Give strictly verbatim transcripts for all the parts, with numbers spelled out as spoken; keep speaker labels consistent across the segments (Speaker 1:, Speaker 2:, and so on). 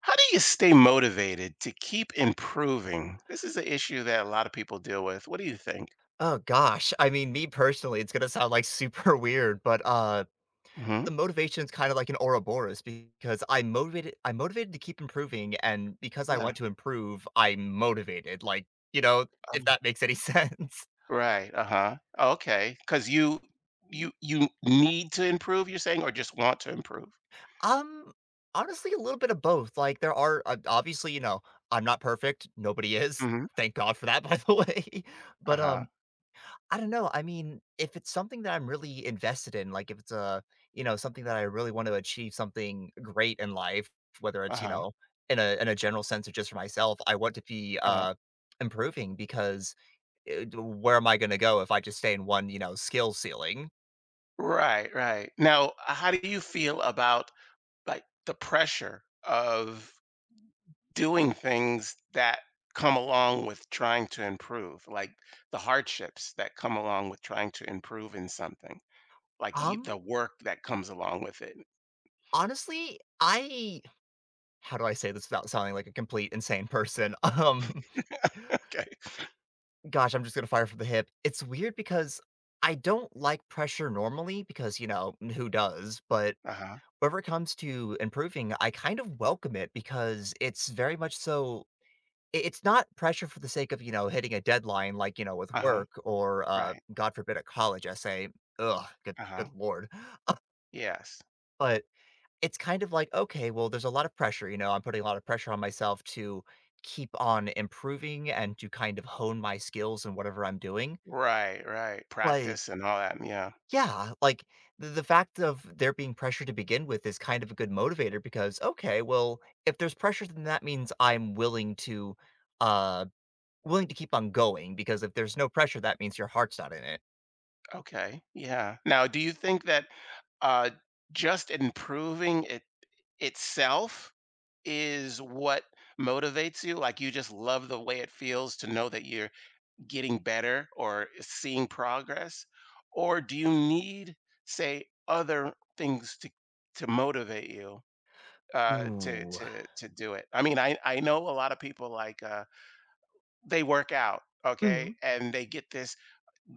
Speaker 1: How do you stay motivated to keep improving? This is an issue that a lot of people deal with. What do you think?
Speaker 2: Oh gosh, I mean, me personally, it's gonna sound like super weird, but uh,
Speaker 1: Hmm.
Speaker 2: the motivation's kind of like an Ouroboros because I'm motivated. I'm motivated to keep improving, and because I
Speaker 1: Yeah.
Speaker 2: want to improve, I'm motivated. Like, you know, if
Speaker 1: Oh,
Speaker 2: that makes any sense.
Speaker 1: right. Uh huh. Okay. Because you you you need to improve. You're saying, or just want to improve.
Speaker 2: Um, Honestly, a little bit of both. Like, there are uh, obviously, you know, I'm not perfect. Nobody is.
Speaker 1: Hmm.
Speaker 2: Thank God for that, by the way.
Speaker 1: Uh
Speaker 2: But
Speaker 1: huh.
Speaker 2: um, I don't know. I mean, if it's something that I'm really invested in, like if it's a, you know, something that I really want to achieve something great in life, whether
Speaker 1: Uh
Speaker 2: it's, you
Speaker 1: huh.
Speaker 2: know, in a in a general sense or just for myself, I want to be
Speaker 1: Uh huh.
Speaker 2: uh improving because uh, d- where am I going to go if I just stay in one, you know, skill ceiling?
Speaker 1: Right. Right. Now, how do you feel about like the pressure of doing things that come along with trying to improve, like the hardships that come along with trying to improve in something? Like, e the
Speaker 2: Um,
Speaker 1: work that comes along with it.
Speaker 2: Honestly, I how do I say this without sounding like a complete insane person? Um,
Speaker 1: Okay.
Speaker 2: gosh, I'm just going to fire from the hip. It's weird because I don't like pressure normally because, you know, who does? But
Speaker 1: Uh-huh.
Speaker 2: whenever it comes to improving, I kind of welcome it because it's very much so I it's not pressure for the sake of, you know, hitting a deadline like, you know, with
Speaker 1: Uh-huh.
Speaker 2: work or, uh,
Speaker 1: Right.
Speaker 2: God forbid, a college essay. Ugh, good good
Speaker 1: Uh-huh.
Speaker 2: lord.
Speaker 1: Yes.
Speaker 2: But it's kind of like, okay, well, there's a lot of pressure, you know, I'm putting a lot of pressure on myself to keep on improving and to kind of hone my skills in whatever I'm doing.
Speaker 1: Right, right.
Speaker 2: But
Speaker 1: Practice and all that. Yeah.
Speaker 2: yeah, like the the fact of there being pressure to begin with is kind of a good motivator because okay, well, if there's pressure, then that means I'm willing to, uh, willing to keep on going because if there's no pressure, that means your heart's not in it.
Speaker 1: Okay. Yeah. Now, do you think that, uh, just improving it itself is what motivates you? Like, you just love the way it feels to know that you're getting better or seeing progress? Or do you need, say, other things to to motivate you? uh, to
Speaker 2: Ooh.
Speaker 1: to to do it. I mean, I I know a lot of people like uh, they work out, okay,
Speaker 2: Mhm.
Speaker 1: and they get this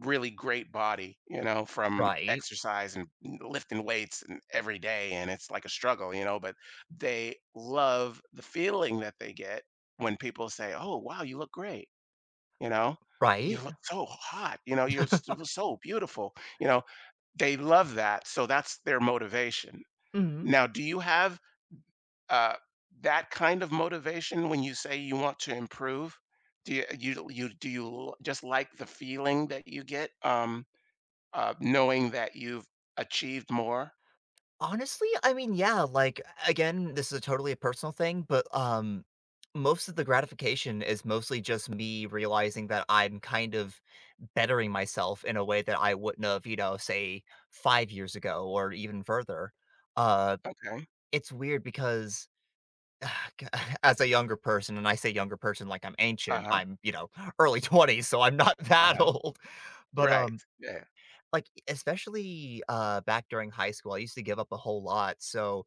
Speaker 1: really great body, you know, from
Speaker 2: Right,
Speaker 1: exercise and lifting weights and every day, and it's like a struggle, you know, but they love the feeling that they get when people say, "Oh, wow, you look great," you know. You
Speaker 2: right.
Speaker 1: look so hot, you know. You're s- so beautiful, you know. They love that, so that's their motivation.
Speaker 2: Mhm.
Speaker 1: Now, do you have uh, that kind of motivation when you say you want to improve? Do you you you do you l- Just like the feeling that you get, um, uh, knowing that you've achieved more?
Speaker 2: Honestly, I mean, yeah, like, again, this is a totally a personal thing, but, um, most of the gratification is mostly just me realizing that I'm kind of bettering myself in a way that I wouldn't have, you know, say, five years ago or even further. Uh,
Speaker 1: Okay.
Speaker 2: it's weird because g as a younger person, and I say younger person like I'm ancient,
Speaker 1: Uh-huh.
Speaker 2: I'm, you know, early twenties, so I'm not that
Speaker 1: Uh-huh.
Speaker 2: old, but,
Speaker 1: Right.
Speaker 2: um
Speaker 1: Yeah.
Speaker 2: like, e, especially, uh, back during high school, I used to give up a whole lot, so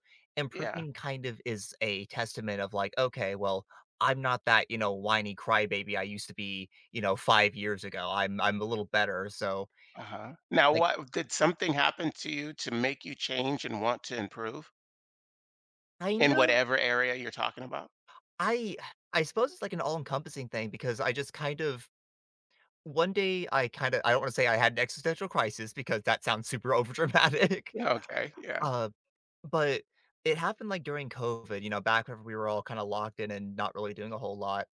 Speaker 1: Yeah.
Speaker 2: improving kind of is a testament of like, "Okay, well, I'm not that, you know, whiny crybaby I used to be, you know, five years ago. I'm I'm a little better." So,
Speaker 1: Uh-huh. Now,
Speaker 2: like,
Speaker 1: what did something happen to you to make you change and want to improve
Speaker 2: kind
Speaker 1: in
Speaker 2: of
Speaker 1: whatever area you're talking about?
Speaker 2: I I suppose it's like an all-encompassing thing because I just kind of one day I kinda I don't wanna say I had an existential crisis because that sounds super overdramatic,
Speaker 1: Yeah, okay. Yeah.
Speaker 2: uh but it happened, like, during COVID, you know, back whenever we were all kinda locked in and not really doing a whole lot.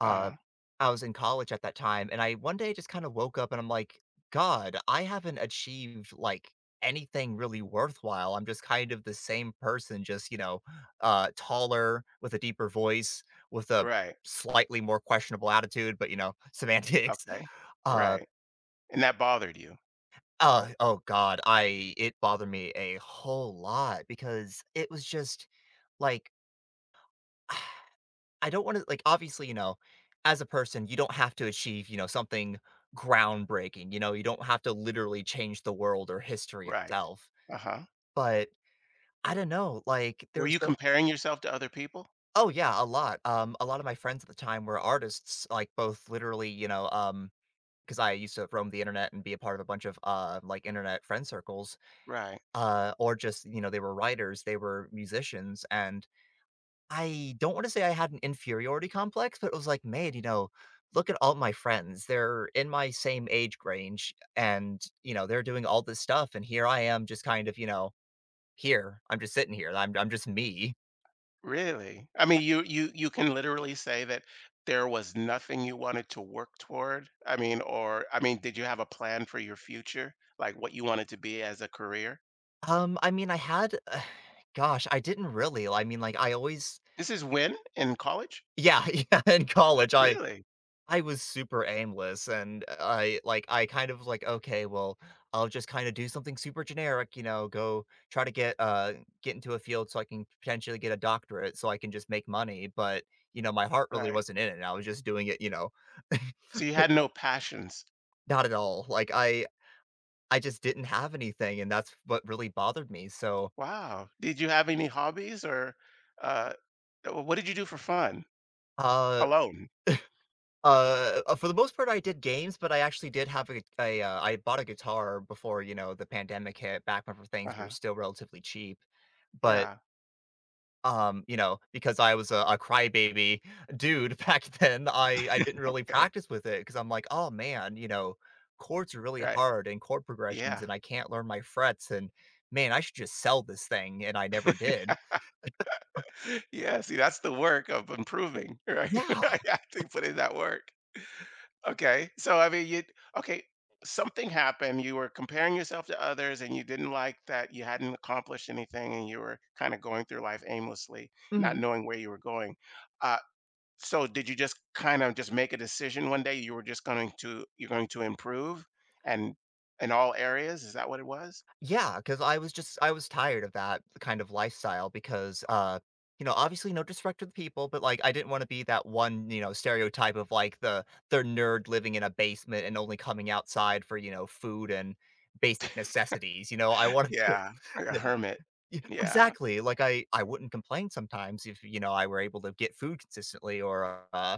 Speaker 2: Uh,
Speaker 1: Uh-huh.
Speaker 2: I was in college at that time, and I one day just kinda woke up and I'm like, "God, I haven't achieved, like, anything really worthwhile. I'm just kind of the same person, just, you know, uh, taller, with a deeper voice, with a
Speaker 1: Right.
Speaker 2: slightly more questionable attitude, but, you know, semantics."
Speaker 1: Okay.
Speaker 2: Uh,
Speaker 1: Right. And that bothered you.
Speaker 2: uh, oh god, I it bothered me a whole lot because it was just, like I don't wanna like, obviously, you know, as a person, you don't have to achieve, you know, something groundbreaking, you know, you don't have to literally change the world or history
Speaker 1: Right.
Speaker 2: itself,
Speaker 1: Uh-huh.
Speaker 2: but I don't know, like,
Speaker 1: Were
Speaker 2: there's
Speaker 1: you
Speaker 2: some.
Speaker 1: comparing yourself to other people?
Speaker 2: Oh, yeah, a lot, um, a lot of my friends at the time were artists, like, both literally, you know, um, because I used to roam the internet and be a part of a bunch of, uh, like, internet friend circles,
Speaker 1: Right.
Speaker 2: uh, or just, you know, they were writers, they were musicians, and I don't wanna say I had an inferiority complex, but it was like, "Man, you know, look at all my friends. They're in my same age range and, you know, they're doing all this stuff, and here I am just kind of, you know, here. I'm just sitting here. I'm I'm just me."
Speaker 1: Really? I mean, you you you can literally say that there was nothing you wanted to work toward. I mean, or I mean, did you have a plan for your future? Like what you wanted to be as a career?
Speaker 2: Um, I mean, I had gosh, I didn't really. I mean, like, I always
Speaker 1: This is when in college?
Speaker 2: yeah, yeah, in college, I
Speaker 1: Really?
Speaker 2: I was super aimless and uh, I like I kind of like, okay, well, I'll just kind of do something super generic, you know, go try to get uh get into a field so I can potentially get a doctorate so I can just make money. But, you know, my heart really
Speaker 1: Right.
Speaker 2: wasn't in it. I was just doing it, you know.
Speaker 1: So you had no passions.
Speaker 2: Not at all. Like I I just didn't have anything and that's what really bothered me. So
Speaker 1: Wow. Did you have any hobbies or uh uh, what did you do for fun?
Speaker 2: uh
Speaker 1: Alone.
Speaker 2: Uh, uh, for the most part, I did games, but I actually did have a a, uh, I bought a guitar before, you know, the pandemic hit, back whenever things were
Speaker 1: Uh-huh.
Speaker 2: still relatively cheap. But,
Speaker 1: Yeah.
Speaker 2: um, you know, because I was a, a crybaby dude back then, I I didn't really
Speaker 1: Okay.
Speaker 2: practice with it because I'm like, oh man, you know, chords are really
Speaker 1: Right.
Speaker 2: hard and chord progressions,
Speaker 1: Yeah.
Speaker 2: and I can't learn my frets, and man, I should just sell this thing, and I never did.
Speaker 1: Yeah, see, that's the work of improving, right?
Speaker 2: Yeah.
Speaker 1: I have to put in that work. Okay, so I mean, you okay, something happened, you were comparing yourself to others, and you didn't like that you hadn't accomplished anything, and you were kinda going through life aimlessly, not
Speaker 2: Mhm.
Speaker 1: knowing where you were going. Uh, so did you just kind of just make a decision one day, you were just going to you're going to improve and in all areas? Is that what it was?
Speaker 2: Yeah, because I was just I was tired of that kind of lifestyle because, uh, you know, obviously no disrespect to the people, but, like, I didn't wanna be that one, you know, stereotype of, like, the the nerd living in a basement and only coming outside for, you know, food and basic necessities, you know, I wanted to.
Speaker 1: Yeah, like a hermit.
Speaker 2: Yeah,
Speaker 1: Yeah,
Speaker 2: exactly, like, I I wouldn't complain sometimes if, you know, I were able to get food consistently or, uh,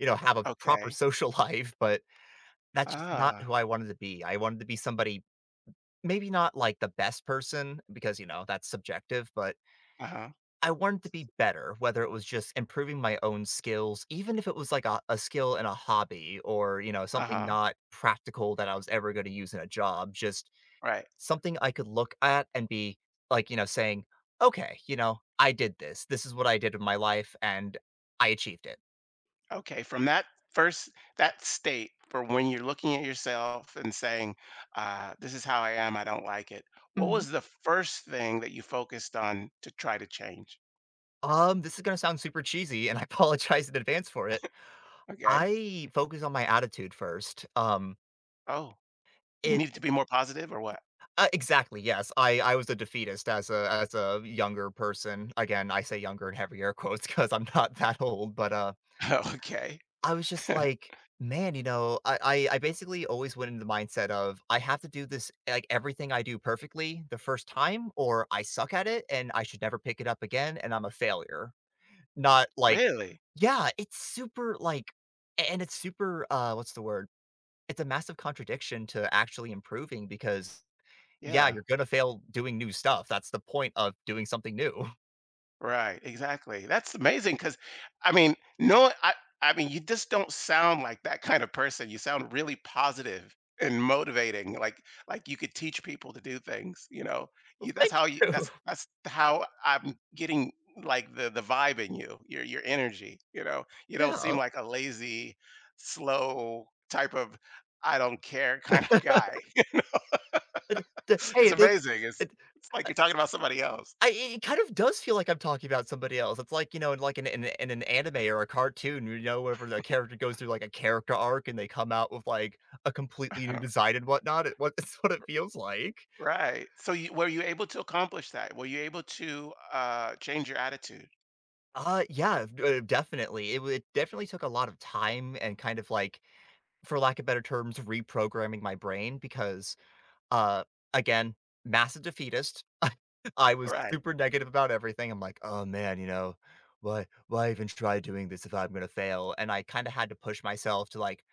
Speaker 2: you know, have a proper
Speaker 1: okay.
Speaker 2: social life, but that's just not
Speaker 1: Ah,
Speaker 2: who I wanted to be. I wanted to be somebody. Maybe not like the best person because, you know, that's subjective, but
Speaker 1: uh-huh,
Speaker 2: I wanted to be better, whether it was just improving my own skills, even if it was like a, a skill in a hobby or, you know, something
Speaker 1: uh-huh,
Speaker 2: not practical that I was ever going to use in a job, just
Speaker 1: right.
Speaker 2: something I could look at and be like, you know, saying, okay, you know, I did this. This is what I did in my life and I achieved it.
Speaker 1: Okay, from that first that state for when you're looking at yourself and saying, uh, "This is how I am, I don't like it." What
Speaker 2: Hmm.
Speaker 1: was the first thing that you focused on to try to change?
Speaker 2: Um, this is gonna sound super cheesy, and I apologize in advance for it.
Speaker 1: Okay.
Speaker 2: I focus on my attitude first. Um,
Speaker 1: Oh, you needed to be more positive or what?
Speaker 2: Uh, exactly, yes. I I was a defeatist as a as a younger person. Again, I say younger in heavy air quotes because 'cause I'm not that old, but, uh,
Speaker 1: Okay.
Speaker 2: I was just like, "Man," you know, I I I basically always went in the mindset of, "I have to do this like, everything I do perfectly the first time, or I suck at it, and I should never pick it up again, and I'm a failure." Not like.
Speaker 1: Really?
Speaker 2: Yeah, it's super, like a and it's super, uh, what's the word? It's a massive contradiction to actually improving because yeah,
Speaker 1: Yeah.
Speaker 2: you're gonna fail doing new stuff. That's the point of doing something new.
Speaker 1: Right, exactly. That's amazing because, I mean, no, I, I mean, you just don't sound like that kind of person. You sound really positive and motivating, like like you could teach people to do things. You know, you, that's how you.
Speaker 2: Thank you.
Speaker 1: That's that's how I'm getting like the the vibe in you, your your energy. You know, you don't seem
Speaker 2: Yeah.
Speaker 1: like a lazy, slow type of I don't care kind of guy.
Speaker 2: Uh, the
Speaker 1: It's
Speaker 2: Hey, look,
Speaker 1: amazing. It's
Speaker 2: it
Speaker 1: it's like you're talking about somebody else.
Speaker 2: I it it kind of does feel like I'm talking about somebody else. It's like, you know, in like in in in an anime or a cartoon, you know, whenever the character goes through like a character arc and they come out with like a completely new design and whatnot, it what it's what it feels like.
Speaker 1: Right. So you were you able to accomplish that? Were you able to uh change your attitude?
Speaker 2: Uh, yeah, uh, definitely. It wa it definitely took a lot of time and kind of like, for lack of better terms, reprogramming my brain because Uh, again, massive defeatist. I was
Speaker 1: Right.
Speaker 2: super negative about everything. I'm like, "Oh, man, you know, why why even try doing this if I'm gonna fail?" And I kinda had to push myself to, like,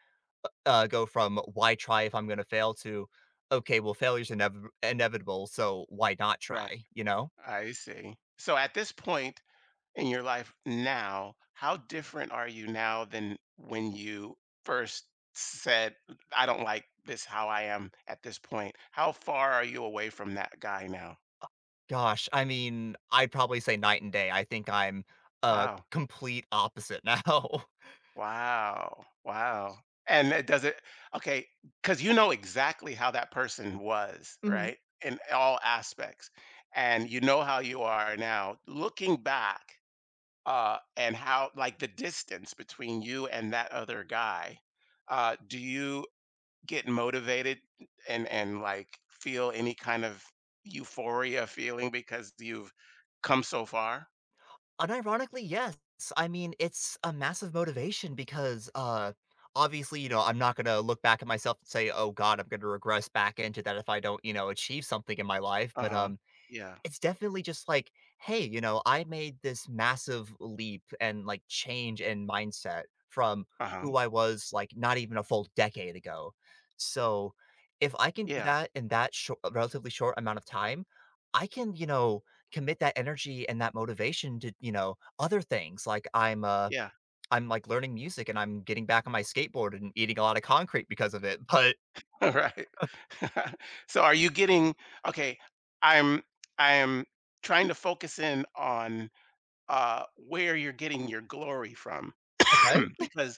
Speaker 2: u uh, go from, "Why try if I'm gonna fail?" to, "Okay, well, failure's inev inevitable, so why not
Speaker 1: Right.
Speaker 2: try?" You know?
Speaker 1: I see. So at this point in your life now, how different are you now than when you first said, I don't like this how I am at this point? How far are you away from that guy now?
Speaker 2: Gosh, I mean, I'd probably say night and day. I think I'm a
Speaker 1: Wow.
Speaker 2: complete opposite now.
Speaker 1: Wow, wow. And it does it okay? Because you know exactly how that person was, right? In all aspects. And you know how you are now. Looking back, uh, and how like the distance between you and that other guy, uh, do you get motivated and and like feel any kind of euphoria feeling because you've come so far?
Speaker 2: Unironically, yes. I mean, it's a massive motivation because, uh, obviously, you know, I'm not gonna look back at myself and say, "Oh god, I'm gonna regress back into that if I don't, you know, achieve something in my life." But,
Speaker 1: Uh-huh.
Speaker 2: um,
Speaker 1: Yeah.
Speaker 2: it's definitely just like, "Hey, you know, I made this massive leap and, like, change in mindset from
Speaker 1: Uh-huh.
Speaker 2: who I was, like, not even a full decade ago." So, if I can do
Speaker 1: Yeah.
Speaker 2: that in that shor relatively short amount of time, I can, you know, commit that energy and that motivation to, you know, other things, like, I'm, uh
Speaker 1: Yeah.
Speaker 2: I'm, like, learning music, and I'm getting back on my skateboard and eating a lot of concrete because of it, but
Speaker 1: Right. So are you getting okay, I'm I'm trying to focus in on, uh, where you're getting your glory from,
Speaker 2: okay.
Speaker 1: because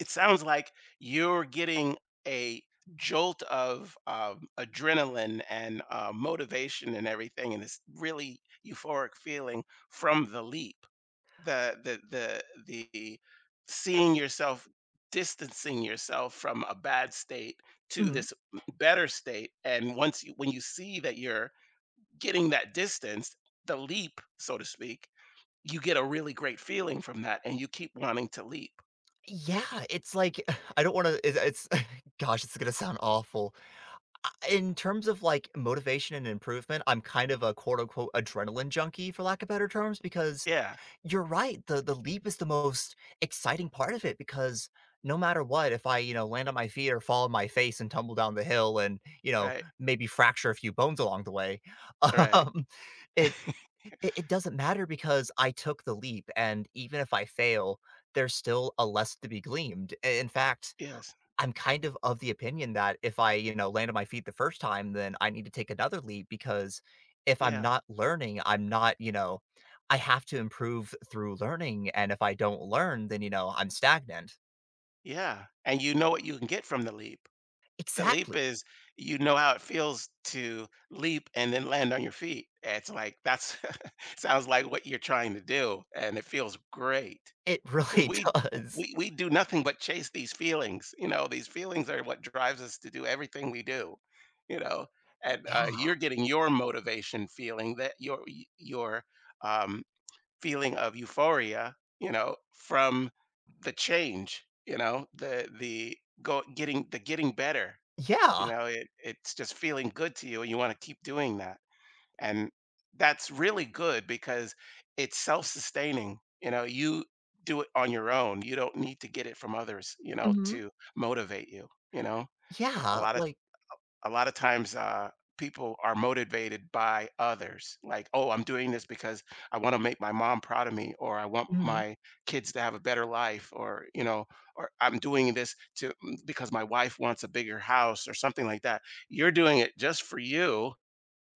Speaker 1: it sounds like you're getting a jolt of, um, adrenaline and, uh, motivation and everything, and this really euphoric feeling from the leap the the the the seeing yourself distancing yourself from a bad state to
Speaker 2: Mhm.
Speaker 1: this better state, and once you when you see that you're getting that distance, the leap, so to speak, you get a really great feeling from that and you keep wanting to leap.
Speaker 2: Yeah, it's like I don't wanna it's gosh, it's gonna sound awful. I In terms of, like, motivation and improvement, I'm kind of a, quote, unquote, "adrenaline junkie," for lack of better terms, because
Speaker 1: Yeah,
Speaker 2: you're right, the the leap is the most exciting part of it because no matter what, if I, you know, land on my feet or fall on my face and tumble down the hill and, you know,
Speaker 1: right,
Speaker 2: maybe fracture a few bones along the way,
Speaker 1: right,
Speaker 2: um, it it it doesn't matter because I took the leap, and even if I fail, there's still a lesson to be gleaned. I In fact,
Speaker 1: yes,
Speaker 2: I'm kind of of the opinion that if I, you know, land on my feet the first time, then I need to take another leap because if I'm
Speaker 1: yeah,
Speaker 2: not learning, I'm not, you know, I have to improve through learning. And if I don't learn, then, you know, I'm stagnant.
Speaker 1: yeah, and you know what you can get from the leap. The leap
Speaker 2: Exactly.
Speaker 1: is you know how it feels to leap and then land on your feet. It's like that's sounds like what you're trying to do, and it feels great.
Speaker 2: It
Speaker 1: Because
Speaker 2: really
Speaker 1: we
Speaker 2: does.
Speaker 1: we we do nothing but chase these feelings. You know, these feelings are what drives us to do everything we do. You know, and
Speaker 2: Yeah.
Speaker 1: uh, you're getting your motivation feeling that your y- your um, feeling of euphoria. You know, from the change. You know, the the go getting the getting better, you
Speaker 2: Yeah.
Speaker 1: know, it it's just feeling good to you and you wanna keep doing that, and that's really good because it's self-sustaining, you know, you do it on your own, you don't need to get it from others, you know,
Speaker 2: Hmm.
Speaker 1: to motivate you, you know? A
Speaker 2: Yeah.
Speaker 1: lot of
Speaker 2: Like,
Speaker 1: a lot of times uh, people are motivated by others like oh I'm doing this because I want to make my mom proud of me or I want
Speaker 2: mhm.
Speaker 1: my kids to have a better life or you know or I'm doing this to mm, because my wife wants a bigger house or something like that you're doing it just for you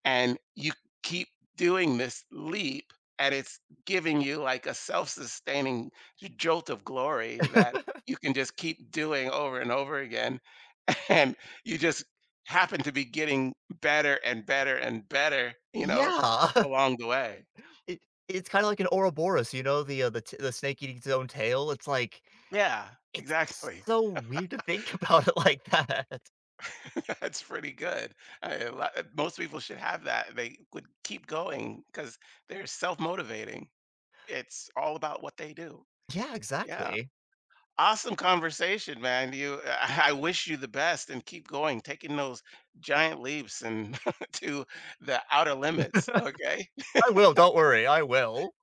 Speaker 1: and you keep doing this leap and it's giving you like a self-sustaining jolt of glory that you can just keep doing over and over again and you just happen to be getting better and better and better, you know,
Speaker 2: Yeah.
Speaker 1: along the way.
Speaker 2: It, it's kind of like an Ouroboros, you know, the uh, the t- the snake eating its own tail. It's like
Speaker 1: Yeah,
Speaker 2: it's
Speaker 1: exactly.
Speaker 2: so weird to think about it like that.
Speaker 1: That's pretty good. I, a lot- most people should have that. They would keep going because they're self motivating. It's all about what they do.
Speaker 2: Yeah,
Speaker 1: Yeah.
Speaker 2: exactly.
Speaker 1: Awesome conversation, man. You, I I wish you the best and keep going, taking those giant leaps and to the outer limits.
Speaker 2: I
Speaker 1: Okay.
Speaker 2: will, don't worry, I will.